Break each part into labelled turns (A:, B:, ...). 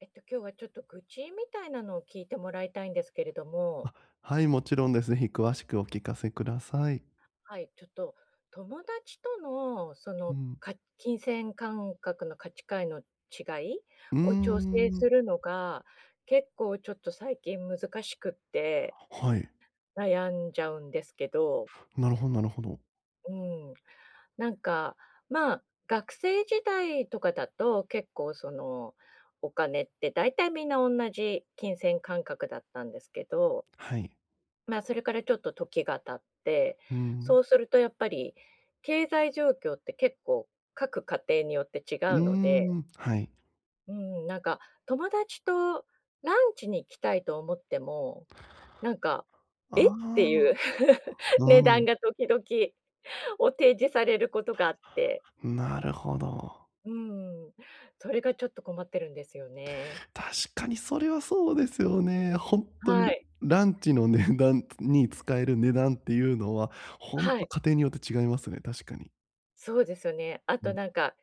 A: 今日はちょっと愚痴みたいなのを聞いてもらいたいんですけれども。
B: あ、はい、もちろんです。ぜひ詳しくお聞かせください。
A: はい。ちょっと友達とのそ
B: う
A: の、
B: ん。
A: 金銭感覚の価値観の違い
B: うー
A: を調整
B: ん。
A: するのが、結構ちょっと最近難しくって
B: はい。
A: 悩んじゃうんですけど、
B: なるほどなるほど。
A: うん。なんか、まあ、学生時代とかだと結構その、お金って大体みんな同じ金銭感覚だったんですけど、
B: はい。
A: まあ、それからちょっと時が経って、
B: うん。
A: そうするとやっぱり経済状況って結構各家庭によって違
B: う
A: う
B: ー
A: ので、
B: ん、はい。
A: うん、なんか友達とランチに行きたいと思っても、なんか、
B: あ
A: えってい
B: あ、
A: う 値
B: う
A: 段
B: ん。
A: が時々お提示されることがあって、
B: なるほど。
A: うん、それがちょっと困ってるんですよね。
B: 確かにそれはそうですよね。ほんと
A: は
B: に
A: い。
B: ランチの値段に使える値段っていうのは、ほん
A: は
B: と
A: い。
B: 家庭によって違いますね、確かに。
A: そうですよね。あ
B: う
A: と
B: ん。
A: なんか、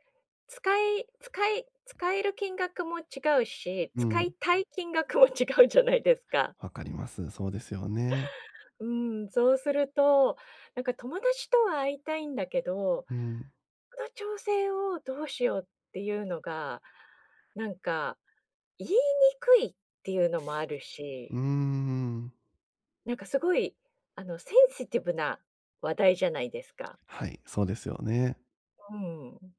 A: 使える金額も違うし、
B: う
A: 使い
B: ん。
A: たい金額も 違うじゃないですか。
B: わかります。そうですよね。
A: うん、そうすると、なんか友達とは会いたいんだけど、
B: うん。
A: この調整をどうしようっていうのが、なんか言いにくいっていうのもある
B: うー
A: し、
B: ん。
A: なんかすごい、あの、センシティブな話題じゃないですか。
B: はい、そうですよね。
A: うん。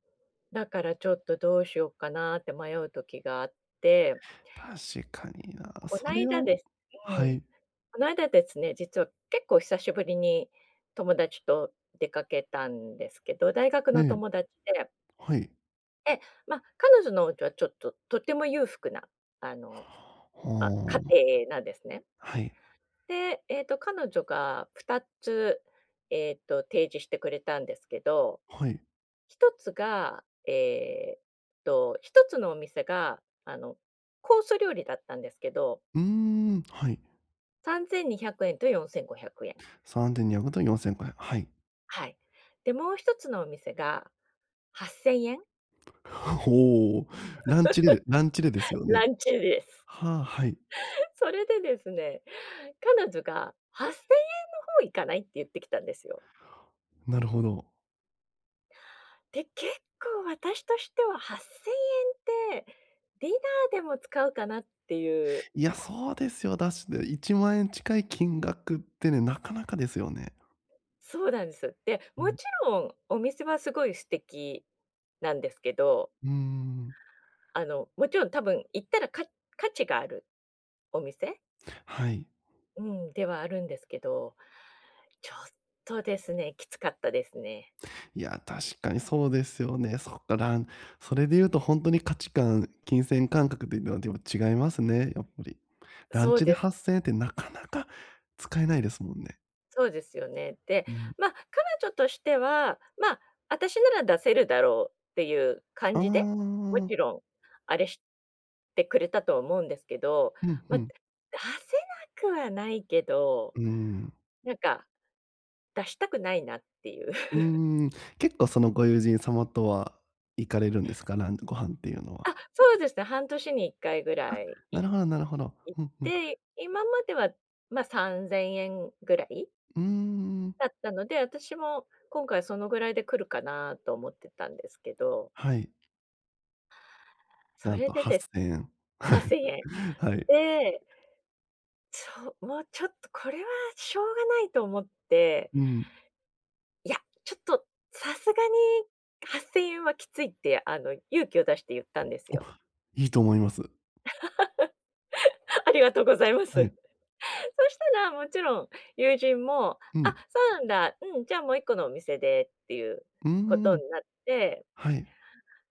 A: だからちょっとどうしようかなって迷う時があって、
B: 確かにな。
A: こ
B: そ
A: な
B: れ
A: いだ
B: は
A: ですう
B: は
A: ん、
B: い。
A: この間ですね、実は結構久しぶりに友達と出かけたんですけど、大学
B: え
A: の
B: え、
A: 友達で、
B: はい。
A: で、ま、彼女のお家はちょっと、とても裕福な、あの、家
B: はあ。
A: 庭なんですね。
B: はい、
A: で、彼女が2つ、提示してくれたんですけど、
B: はい。
A: 1つが、1つのお店が、あの、コース料理だったんですけど、
B: うーん、はい。
A: ¥3,200 と ¥4,500。
B: 3,200と4,500円。はい。
A: はい。で、もう一つのお店が ¥8,000。
B: おお、ランチレですよね。
A: ランチです。
B: はあ、はい。
A: それでですね、彼女が ¥8,000 もいかないって言ってきたんですよ。
B: なるほど。
A: で、結構私としては ¥8,000 っせんえんって、ディナーでも使うかなっていう。
B: いや、そうですよ。だしで1万円近い金額ってね、なかなかですよね。
A: そうなんです。で、
B: う
A: も
B: ん、
A: ちろんお店はすごい素敵なんですけど、
B: うーん。
A: もちろん多分行ったら価値があるお店、
B: はい。
A: うん、ではあるんですけど、ちょっとですね、きつかったですね。
B: いや、確かにそうですよね。そっか。それで言うと本当に価値観、金銭感覚っていうのはでも違いますね、やっぱり。ラン
A: そう
B: チで
A: です。
B: 8,000円ってなかなか使えないですもんね。
A: そうですよね。で、
B: うん。
A: まあ、彼女としては、私なら出せるだろうっていう感
B: あ
A: じで、も
B: あ、
A: ちろん、あれしてくれたと思うんですけど、
B: うん
A: ま
B: う
A: あ、出
B: ん。
A: せなくはないけど、
B: うん。
A: なんか出したくないなっていう。
B: う ーん、結構そのご友人様とは行かれるんですか？ご飯っていうのは。
A: あ、そうですね、半年に1回ぐらい
B: なるほどなるほど。
A: 行っ
B: うんうん。
A: て、今までは、まあ、3000円ぐらい
B: うーん。
A: だったので、私も今回そのぐらいで来るかなと思ってたんですけど、
B: はい。
A: そ
B: なん
A: れ
B: と
A: でです
B: 8,000円。
A: 8,000円。
B: はい。
A: で、そう、もうちょっとこれはしょうがないと思って、
B: うん。
A: いや、ちょっとさすがに8,000円はきついって、勇気を出して言ったんです
B: お、
A: よ。
B: いいと思います。
A: ありがとうございます。そ
B: はい。
A: したらもちろん友人も、
B: う
A: 「あ、
B: ん。
A: そうなんだ。うん、じゃあもう一個のお店で」っていう
B: う
A: こと
B: ーん、
A: になって、
B: はい。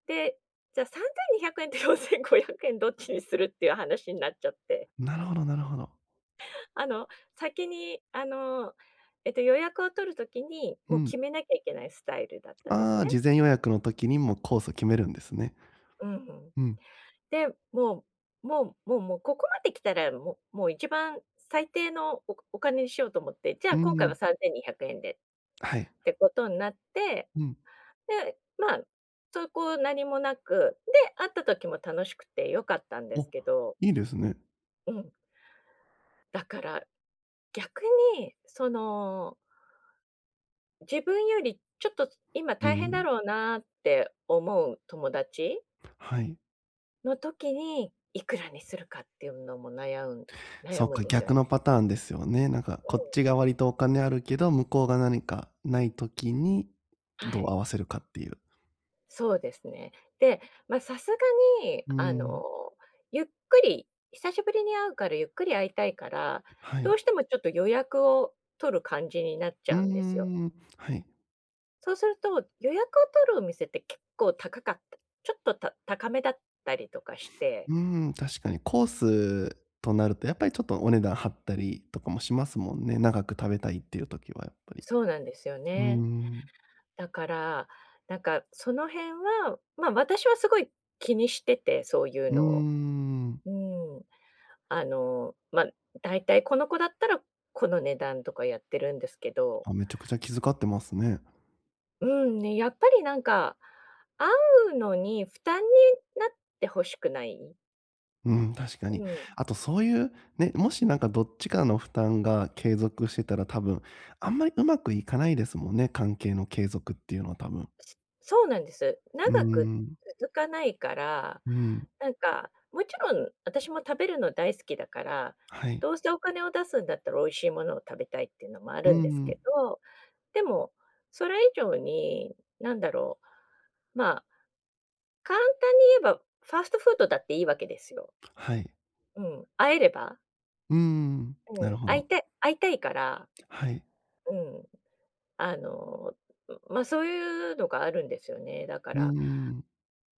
A: で、じゃあ3,200円と4,500円どっちにするっていう話になっちゃって、
B: なるほどなるほど。
A: あの、先に、予約を取る時に、
B: う
A: もう
B: ん。
A: 決めなきゃいけないスタイルだったんです
B: あ
A: ね。
B: あ、事前予約の時にもうコースを決めるんですね。
A: うん。
B: うん。
A: で、もうここまで来たら、もう一番最低のお金にしようと思って、じゃ
B: う
A: あ
B: ー
A: 今回は
B: ん、
A: 3,200円で
B: はい。
A: ってことになって、
B: うん。
A: で、まあ、そこ何もなく、で、会った時も楽しくて良かったんです
B: お、
A: けど、
B: いいですね。
A: うん、だから逆に、その、自分よりちょっと今
B: う
A: 大変だ
B: ん、
A: ろうなって思う友達
B: はい。
A: の時に、いくらにするかっていうのも悩む悩
B: そっ
A: むん
B: か、
A: ですよ
B: 逆
A: ね。
B: のパターンですよね。なんか
A: う
B: こっ
A: ん。
B: ちが割とお金あるけど、向こうが何かない時に、
A: は
B: どう
A: い。
B: 合わせるかっていう。
A: そうですね。で、まあ、さすがに、
B: うーん、
A: ゆっくり久しぶりに会うからゆっくり会いたいから、
B: は
A: どう
B: い。
A: してもちょっと予約を取る感じになっち
B: うー
A: ゃうんですよ。
B: ん、はい。
A: そうすると、予約を取るお店って結構高かった、ちょっと高めだったりとかして、
B: うーん、確かにコースとなると、やっぱりちょっとお値段張ったりとかもしますもんね。長く食べたいっていう時はやっぱり。
A: そうなんですよ
B: うー
A: ね。
B: ん。
A: だから、なんかその辺は、まあ、私はすごい気にしてて、そういう
B: うー
A: のを。
B: ん。
A: うん。あの、ま、大体この子だったらこの値段とかやってるんですけど、
B: あ、めちゃくちゃ気遣ってますね。
A: うん、ね、やっぱりなんか、会うのに負担になって欲しくない。
B: うん、確かに。
A: うん。
B: あとそういう、ね、もしなんかどっちかの負担が継続してたら多分、あんまりうまくいかないですもんね、関係の継続っていうのは多分。
A: そうなんです。
B: うー
A: 長く
B: ん。
A: 続かないから、
B: うん。
A: なんか、もちろん私も食べるの大好きだから、
B: はい。
A: どうせお金を出すんだったら美味しいものを食べたいっていうのもあ
B: うー
A: るんです
B: ん。
A: けど、でも、それ以上に、なんだろう、まあ、簡単に言えばファーストフードだっていいわけですよ。
B: はい。
A: うん、会えれば、
B: うーん。
A: うん、
B: なるほ
A: 会い
B: ど。
A: たい会いたいから、
B: はい。
A: うん、あの、そういうのがあるんですよね。だか
B: うー
A: ら
B: ん。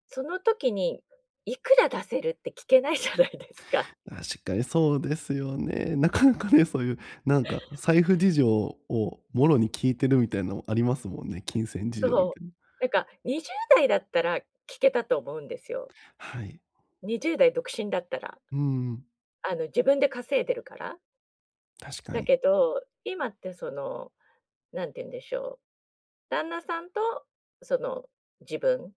A: その時に、いくら出せるって聞けないじゃないですか。
B: 確かにそうですよね。なかなかね、そういうなんか財布事情をもろに聞いてるみたいなのありますもんね、金銭 事情み
A: そう。
B: たいな。
A: なんか20代だったら聞けたと思うんですよ。
B: はい。
A: 20代独身だったら。
B: うん、
A: 自分で稼いでるから。
B: 確か
A: だ
B: に。
A: けど、今ってその、なんて言うんでしょう、旦那さんとその、自分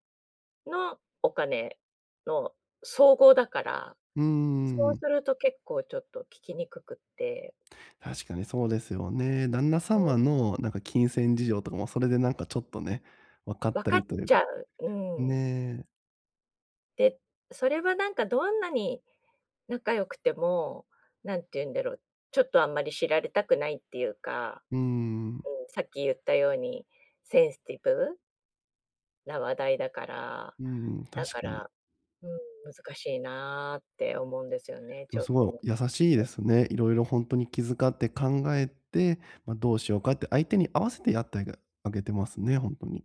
A: のお金の総合だから、
B: う
A: そうす
B: ん、
A: ると結構ちょっと聞きにくくって、
B: 確かにそうですよね。旦那
A: う
B: 様
A: ん、
B: のなんか金銭事情とかもそれでなんかちょっとね、分かっ
A: 分
B: た
A: かっ
B: りという
A: ち
B: か、
A: ゃう。うん。
B: ねえ、
A: で、それはなんかどんなに仲良くても、何て言うんだろう、ちょっとあんまり知られたくないっていうか、
B: うん、う
A: うん、さっき言ったようにセンシティブな話題だから、
B: ん、
A: だ
B: 確
A: か
B: かに。
A: ら、うん、難しいなって思うんですよね、
B: で
A: ち
B: も
A: ょっ
B: す
A: と
B: ごい
A: ね。
B: 優しいですね。いろいろ本当に気遣って考えて、まあ、どうしようかって相手に合わせてやってあげてますね、本当に。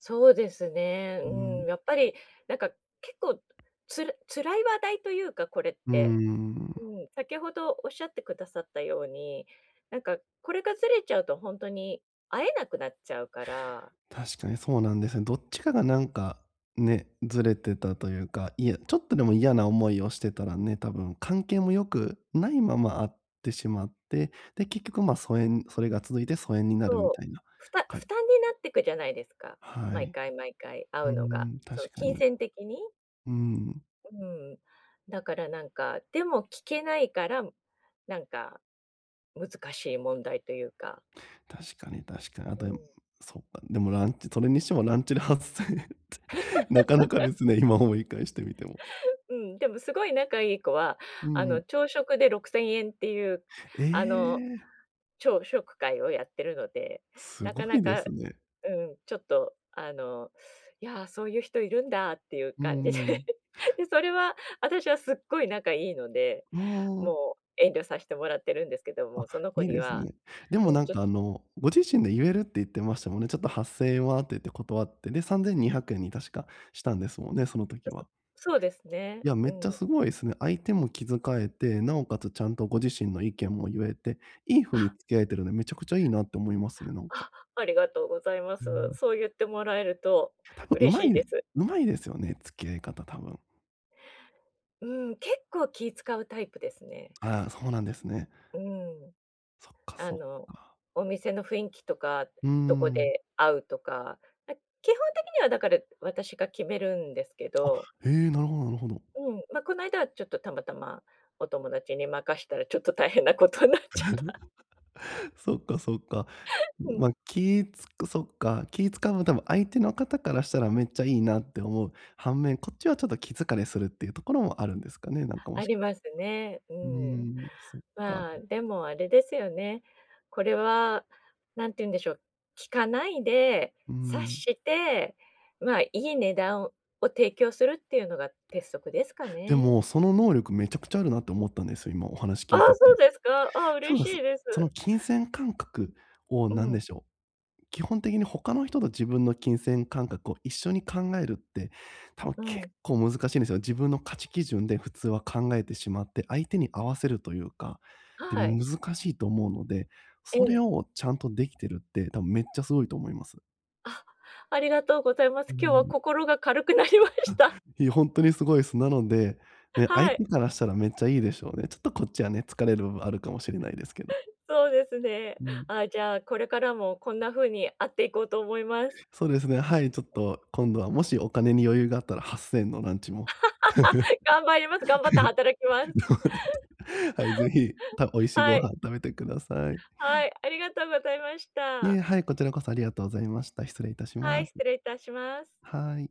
A: そうですね、
B: う
A: う
B: ん。
A: ん、やっぱりなんか結構辛い話題というか、これっ
B: うー
A: て。
B: ん、
A: うん、先ほどおっしゃってくださったように、なんかこれがずれちゃうと本当に会えなくなっちゃうから、
B: 確かにそうなんですね。どっちかがなんか、ね、ずれてたというか、いやちょっとでも嫌な思いをしてたらね、多分関係も良くないまま会ってしまって、で、結局、ま、それが続いて疎遠になるみ
A: そう、
B: たいな、
A: ふた
B: か
A: 負担になってくじゃないですか。
B: は
A: 毎
B: い。
A: 回毎回会
B: う
A: う
B: ー
A: のが。
B: ん、
A: そう、
B: 確か
A: 金
B: に。
A: 銭的に。
B: うん。
A: うん。だからなんか、でも聞けないから、なんか、難しい問題というか。
B: 確かに確かに。あ
A: う
B: と、
A: ん。
B: そっか、でもランチそれにしてもランチで8,000円って なかなかですね、今思い返してみても。
A: うん、でもすごい仲いい子は、
B: う
A: あ
B: んう
A: の
B: ん。
A: 朝食で6,000円っていう、
B: え
A: あの
B: え、
A: 朝食会をやってるので、
B: す
A: なか
B: ご
A: な
B: いで
A: か、
B: すね。
A: うん、ちょっといやー、そういう人いるんだっていう
B: う
A: 感
B: ん
A: じで
B: うん。
A: で、それは私はすっごい仲いいので、
B: あ
A: もう遠慮させてもらってるんですけど
B: あ、あ、
A: も、その子
B: いい
A: に
B: です
A: は、
B: ね。で
A: う
B: も
A: ん、
B: なん
A: ちょっと、
B: かあの、ご自身で言えるって言ってましたもんね。ちょっと8,000円はって言って断って、で、3,200円にひゃくえんに確かしたんですもんね、その時は。
A: そうですね、
B: いや、め
A: う
B: っちゃ
A: ん。
B: すごいですね。相手も気遣えて、なおかつちゃんとご自身の意見も言えて、いい風に
A: あ、
B: 付き合えてるんで、めちゃくちゃいいなって思いますね、なんか。
A: ありがとうございま
B: う
A: す。
B: ん。
A: そう言ってもらえると
B: 多分
A: 嬉
B: 上手
A: しい
B: い
A: で
B: で
A: す。
B: 上手いですよね、付き合い方多分。
A: うん、結構気使うタイプですね。
B: ああ、そうなんですね。
A: うん。
B: そっか
A: あ
B: そっ
A: の、
B: か。
A: お店の雰囲気とか、
B: うー
A: どこ
B: ん。
A: で会うとか、あ基本的にはだから、私が決めるんですけ
B: あ、
A: ど、
B: へえ、なるほどなるほど。
A: うん、ま、この間はちょっとたまたまお友達に任したらちょっと大変なことになっちゃった。
B: そっかそっか。
A: うん、
B: ま、気つくそっか、気使うの多分相手の方からしたらめっちゃいいなって思う反面、こっちはちょっと気疲れするっていうところもあるんですかね、なんか
A: ありますね。う
B: うー
A: ん。
B: ん、そっか。
A: まあ、でもあれですよね。これは、何て言うんでしょう、聞かないで、
B: う
A: 察
B: ん。
A: して、まあ、いい値段を提供するっていうのが鉄則ですか
B: で
A: ね。
B: も、その能力めちゃくちゃあるなって思ったんですよ、今お話
A: あ
B: 聞い
A: あ、
B: てて。
A: そうですか。ああ、
B: 多
A: 嬉
B: 分、
A: し
B: そ
A: いです。
B: その金銭感覚を
A: う
B: なん
A: ん、
B: でしょう、基本的に他の人と自分の金銭感覚を一緒に考えるって、多分
A: う
B: 結
A: ん。
B: 構難しいんですよ。自分の価値基準で普通は考えてしまって、相手に合わせるというか、で、
A: はい。
B: 難しいと思うので、
A: え
B: そ
A: え。
B: れをちゃんとできてるって、多分めっちゃすごいと思います。
A: あ、ありがとうございま
B: う
A: す。今日は
B: ん。
A: 心が軽くなりました。
B: いや、本当にすごいです。なので、ね、相
A: はい。
B: 手からしたらめっちゃいいでしょうね。ちょっとこっちはね、疲れる部分あるかもしれないですけど。
A: そうですね。
B: うん。
A: あ、じゃあ、これからもこんな風に会っていこうと思います。
B: そうですね、はい、ちょっと今度はもしお金に余裕があったら8,000円のランチも。
A: 頑張ります。頑張って働きます。
B: はい、ぜひ、美味しいご
A: はい。
B: 飯食べてください。
A: はい、ありがとうございまし
B: いえ、
A: た。
B: はい、こちらこそありがとうございました。失礼いたし
A: は
B: ま
A: い、
B: す。
A: 失礼いたします。
B: はい。